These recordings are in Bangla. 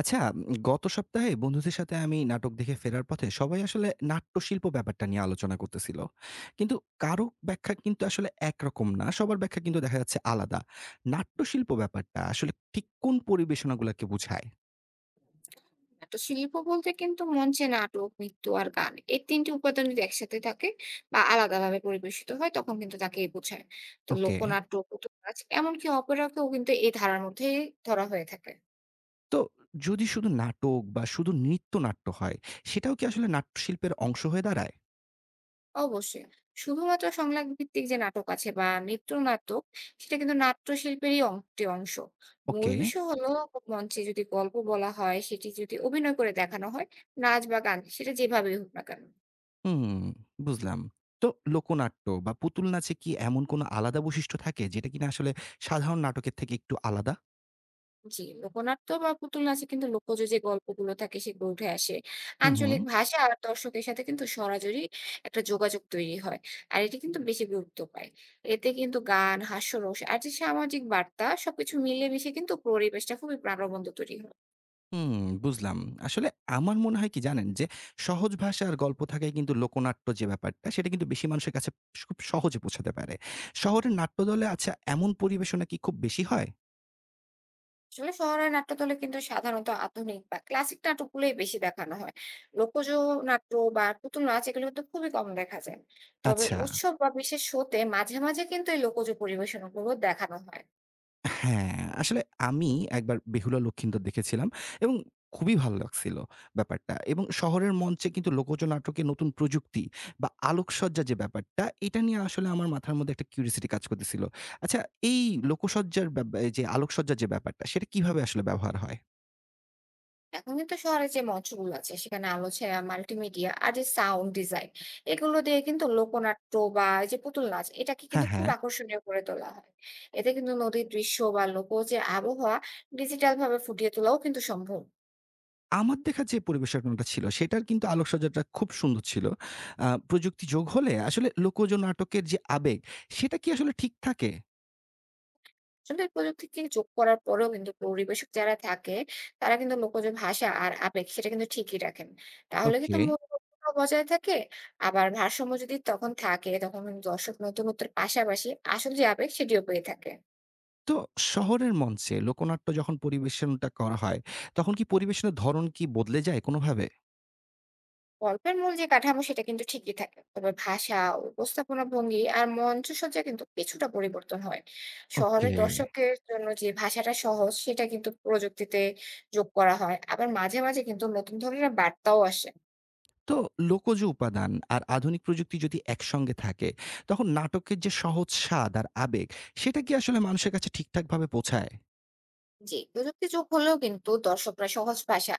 আচ্ছা, গত সপ্তাহে বন্ধুদের সাথে আমি নাটক দেখে ফেরার পথে সবাই আসলে নাট্যশিল্প ব্যাপারটা নিয়ে আলোচনা করতেছিল। কিন্তু কারো ব্যাখ্যা কিন্তু আসলে একরকম না। সবার ব্যাখ্যা কিন্তু দেখা যাচ্ছে আলাদা। নাট্যশিল্প ব্যাপারটা আসলে ঠিক কোন পরিবেশনাগুলাকে বুঝায়? নাট্যশিল্প বলতে কিন্তু মঞ্চে নাটক, নৃত্য আর গান এই তিনটি উপাদান যদি একসাথে থাকে বা আলাদা ভাবে পরিবেশিত হয় তখন কিন্তু তাকে বোঝায়। তো ওকে। লোকনাট্য, পুতুল নাচ এমনকি অপেরাকেও কিন্তু এই ধারার মধ্যে ধরা হয়ে থাকে। তো যদি শুধু নাটক বা শুধু নৃত্যনাট্য হয়, সেটাও কি আসলে নাট্যশিল্পের অংশ হয়ে দাঁড়ায়? অবশ্যই শুধুমাত্র সংলাপ ভিত্তিক যে নাটক আছে বা নৃত্য নাটক সেটা কিন্তু নাট্যশিল্পেরই একটি অংশ। মূল ওকে। বিষয় হলো মঞ্চে যদি গল্প বলা হয় সেটি যদি অভিনয় করে দেখানো হয়, নাচ বা গান সেটা যেভাবেই হোক না কেন। হুম, বুঝলাম। তো লোকনাট্য বা পুতুল নাচে কি এমন কোনো আলাদা বৈশিষ্ট্য থাকে যেটা কিনা আসলে সাধারণ নাটকের থেকে একটু আলাদা? জি, লোকনাট্য বা পুতুল নাচে কিন্তু লোকজ যে গল্পগুলো থাকে সেগুলো উঠে আসে। হুম, হুম। আঞ্চলিক ভাষা আর দর্শকের সাথে কিন্তু সরাসরি একটা যোগাযোগ তৈরি হয়। আর এটি কিন্তু বেশি গুরুত্ব পায়। এতে কিন্তু গান, হাস্যরস আর যে সামাজিক বার্তা সবকিছু মিলেমিশে কিন্তু পরিবেশটা খুবই প্রাণবন্ত তৈরি হয়। হুম, বুঝলাম। আসলে আমার মনে হয় কি জানেন? যে সহজ ভাষার গল্প থাকায় কিন্তু লোকনাট্য যে ব্যাপারটা সেটা কিন্তু বেশি মানুষের কাছে খুব সহজে পৌঁছাতে পারে। শহরের নাট্যদলে আচ্ছা এমন পরিবেশনা কি খুব বেশি হয়? আসলে শহরের নাট্যদলে কিন্তু সাধারণত আধুনিক বা ক্লাসিক নাটকগুলোই বেশি দেখানো হয়। লোকজ নাট্য বা পুতুল নাচ এগুলো কিন্তু খুবই কম দেখা যায়। তবে আচ্ছা। উৎসব বা বিশেষ শোতে মাঝে মাঝে কিন্তু এই লোকজ পরিবেশনাগুলো দেখানো হয়। হ্যাঁ, আসলে আমি একবার বেহুলা লক্ষীন্দর দেখেছিলাম এবং খুবই ভালো লাগছিল ব্যাপারটা এবং শহরের মঞ্চে কিন্তু লোকজ নাটকে নতুন প্রযুক্তি বা আলোকসজ্জা যে ব্যাপারটা, এটা নিয়ে আসলে আমার মাথার মধ্যে একটা কিউরিওসিটি কাজ করতেছিল। আচ্ছা এই লোকসজ্জার ব্যা ব্যা যে আলোকসজ্জার যে ব্যাপারটা, সেটা কিভাবে আসলে ব্যবহার হয়? এখন কিন্তু শহরে যে মঞ্চগুলো আছে সেখানে আলো ছায়া মাল্টিমিডিয়া আর যে সাউন্ড ডিজাইন এগুলো দিয়ে কিন্তু লোকনাট্য বা এই যে পুতুল নাচ এটাকে কিন্তু হ্যাঁ, খুব হ্যাঁ। আকর্ষণীয় করে তোলা হয়। এতে কিন্তু নদীর দৃশ্য বা লোক যে আবহাওয়া ডিজিটাল ভাবে ফুটিয়ে তোলাও কিন্তু সম্ভব। আমার দেখা যে পরিবেশনাটা ছিল, সেটার কিন্তু আলোকসজ্জাটা খুব সুন্দর ছিল। প্রযুক্তি যোগ হলে আসলে লোকজ নাটকের যে আবেগ, সেটা কি আসলে ঠিক থাকে? আসলে এই প্রযুক্তিকে যোগ করার পরেও কিন্তু পরিবেশক যারা থাকে তারা কিন্তু লোকজ ভাষা আর আবেগ সেটা কিন্তু ঠিকই রাখেন। তাহলে কিন্তু ওকে। মূল লক্ষ্যটাও বজায় থাকে। আবার ভারসাম্য যদি তখন থাকে তখন কিন্তু দর্শক নতুনত্বের পাশাপাশি আসল যে আবেগ সেটিও পেয়ে থাকে। তো শহরের মঞ্চে লোকনাট্য যখন পরিবেশনটা করা হয়, তখন কি পরিবেশনের ধরন কি বদলে যায় কোনোভাবে? গল্পের মূল যে কাঠামো সেটা কিন্তু ঠিকই থাকে তবে ভাষা উপস্থাপনা ভঙ্গি আর মঞ্চসজ্জা কিন্তু কিছুটা পরিবর্তন হয়। শহরের ওকে। দর্শকের জন্য যে ভাষাটা সহজ সেটা কিন্তু প্রযুক্তিতে যোগ করা হয়, আবার মাঝে মাঝে কিন্তু নতুন ধরনের বার্তাও আসে। তো লোকজ উপাদান আর আধুনিক প্রযুক্তি যদি একসঙ্গে থাকে, তখন নাটকের যে সহজ স্বাদ আর আবেগ, সেটা কি আসলে মানুষের কাছে ঠিকঠাকভাবে পৌঁছায়? জি, প্রযুক্তি যোগ হলেও কিন্তু দর্শকরা সহজ ভাষা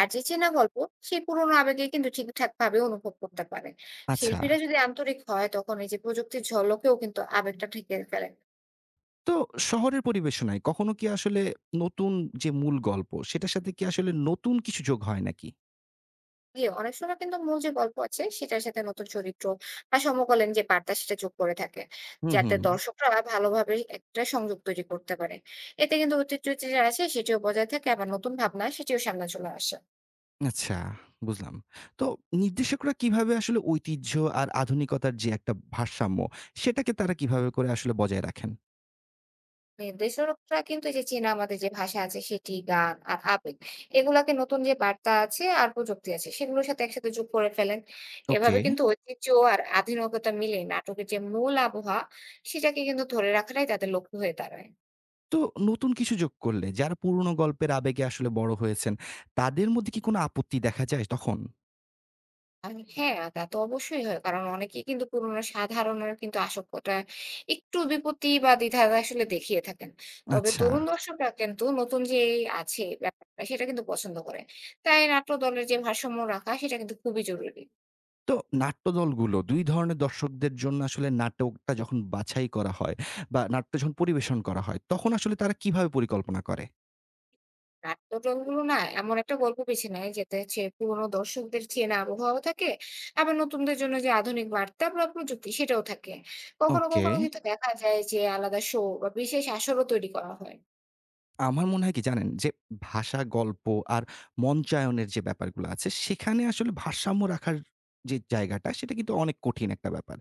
আর যে চেনা গল্প সেই পুরোনো আবেগে কিন্তু ঠিকঠাক ভাবে অনুভব করতে পারে। আচ্ছা। শিল্পীরা যদি আন্তরিক হয় তখন এই যে প্রযুক্তির ঝলকেও কিন্তু আবেগটা ঢেকে ফেলে। তো শহরের পরিবেশনায় কখনো কি আসলে নতুন যে মূল গল্প, সেটার সাথে কি আসলে নতুন কিছু যোগ হয় নাকি? জি, অনেক সময় কিন্তু মূল যে গল্প আছে সেটার সাথে নতুন চরিত্র বা সমকালীন যে বার্তা সেটা যোগ করে থাকে, হুম, যাতে হুম। দর্শকরা ভালোভাবে একটা সংযোগ তৈরি করতে পারে। এতে কিন্তু ঐতিহ্য যেটা আছে সেটিও বজায় থাকে, আবার নতুন ভাবনা সেটিও সামনে চলে আসে। আচ্ছা, বুঝলাম। তো নির্দেশকরা কিভাবে আসলে ঐতিহ্য আর আধুনিকতার যে একটা ভারসাম্য, সেটাকে তারা কিভাবে করে আসলে বজায় রাখেন? নির্দেশকরা কিন্তু এই যে চীনা আমাদের যে ভাষা আছে সেটি গান আর আবেগ এগুলাকে নতুন যে বার্তা আছে আর প্রযুক্তি আছে সেগুলোর সাথে একসাথে যোগ করে ফেলেন। ওকে। এভাবে কিন্তু ঐতিহ্য আর আধুনিকতা মিলে নাটকের যে মূল আবহাওয়া সেটাকে কিন্তু ধরে রাখাটাই তাদের লক্ষ্য হয়ে দাঁড়ায়। তো নতুন কিছু যোগ করলে যারা পুরনো গল্পের আবেগে আসলে বড় হয়েছেন, তাদের মধ্যে কি কোনো আপত্তি দেখা যায় তখন? হ্যাঁ, তা তো অবশ্যই হয়। কারণ অনেকেই কিন্তু পুরোনো স্বাদ হারানোর কিন্তু আশঙ্কাটা, একটু বিপত্তি বা দ্বিধা আসলে দেখিয়ে থাকেন। তবে আচ্ছা। তরুণ দর্শকরা কিন্তু নতুন যে এই আছে ব্যাপারটা সেটা কিন্তু পছন্দ করে। তাই নাট্য দলের যে ভারসাম্য রাখা সেটা কিন্তু খুবই জরুরি। তো নাট্যদলগুলো ২ ধরনের দর্শকদের জন্য আসলে নাটকটা যখন বাছাই করা হয় বা নাট্য যখন পরিবেশন করা হয়, তখন আসলে তারা কিভাবে পরিকল্পনা করে? নাট্য দলগুলো না এমন একটা গল্প বেছে নেয় যেটা হচ্ছে পুরোনো দর্শকদের চেনা আবহাওয়াও থাকে, আবার নতুনদের জন্য যে আধুনিক বার্তা বা প্রযুক্তি সেটাও থাকে। কখনো ওকে। কখনো কিন্তু দেখা যায় যে আলাদা শো বা বিশেষ আসরও তৈরি করা হয়। আমার মনে হয় কি জানেন? যে ভাষা, গল্প আর মঞ্চায়নের যে ব্যাপারগুলো আছে, সেখানে আসলে ভারসাম্য রাখার যে জায়গাটা, সেটা কিন্তু অনেক কঠিন একটা ব্যাপার।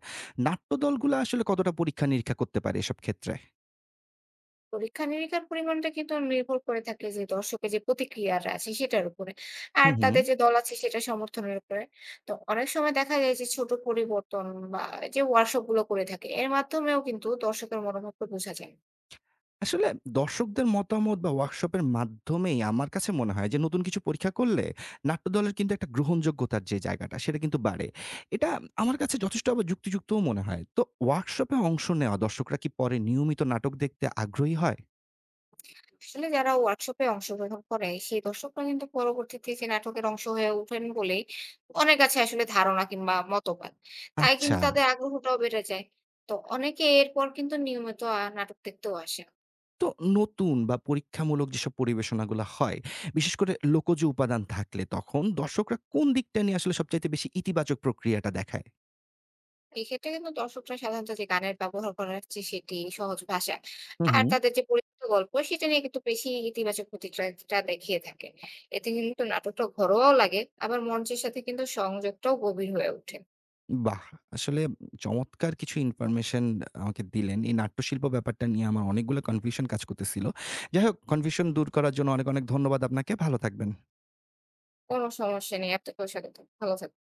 নাট্যদলগুলা আসলে কতটা পরীক্ষা-নিরীক্ষা করতে পারে এসব ক্ষেত্রে? পরীক্ষা-নিরীক্ষার পরিমাণটা কিন্তু নির্ভর করে থাকে যে দর্শকের যে প্রতিক্রিয়াটা আছে সেটার উপরে। আর হুম, হুম। তাদের যে দল আছে সেটা সমর্থনের উপরে। তো অনেক সময় দেখা যায় যে ছোট পরিবর্তন বা যে ওয়ার্কশপ গুলো করে থাকে এর মাধ্যমেও কিন্তু দর্শকের মনোভাবটা বোঝা যায়। আসলে দর্শকদের মতামত বা ওয়ার্কশপের মাধ্যমেই আমার কাছে মনে হয় যে নতুন কিছু পরীক্ষা করলে নাট্যদলের কিন্তু একটা গ্রহণযোগ্যতার যে জায়গাটা, সেটা কিন্তু বাড়ে। এটা আমার কাছে যথেষ্ট আবার যুক্তিযুক্তও মনে হয়। তো ওয়ার্কশপে অংশ নেওয়া দর্শকরা কি পরে নিয়মিত নাটক দেখতে আগ্রহী হয়? আসলে যারা ওয়ার্কশপে অংশগ্রহণ করে সেই দর্শকরা কিন্তু পরবর্তীতে যে নাটকের অংশ হয়ে ওঠেন বলেই অনেক আছে আসলে ধারণা কিংবা মতবাদ। তাই কিন্তু আচ্ছা। তাদের আগ্রহটাও বেড়ে যায়। তো অনেকে এরপর কিন্তু নিয়মিত নাটক দেখতেও আসে। তো নতুন বা পরীক্ষামূলক যেসব পরিবেশনাগুলো হয়, বিশেষ করে লোকজ উপাদান থাকলে তখন দর্শকরা কোন দিকটা নিয়ে আসলে সবচাইতে বেশি ইতিবাচক প্রক্রিয়াটা দেখায়? এক্ষেত্রে কিন্তু দর্শকরা সাধারণত যে গানের ব্যবহার করা হচ্ছে সেটি সহজ ভাষা হুম, আর হুম। তাদের যে পরিচিত গল্প সেটা নিয়ে কিন্তু বেশি ইতিবাচক প্রতিক্রিয়াটা দেখিয়ে থাকে। এতে কিন্তু নাটকটা ঘরোয়াও লাগে, আবার মঞ্চের সাথে কিন্তু সংযোগটাও গভীর হয়ে ওঠে। বাহ! আসলে চমৎকার কিছু ইনফরমেশন আমাকে দিলেন। এই নাট্যশিল্প ব্যাপারটা নিয়ে আমার অনেকগুলো কনফিউশন কাজ করতেছিল। যাই হোক কনফিউশন দূর করার জন্য অনেক, অনেক ধন্যবাদ আপনাকে। ভালো থাকবেন। কোনো সমস্যা নেই, আপনাকেও স্বাগত। ভালো থাকবেন।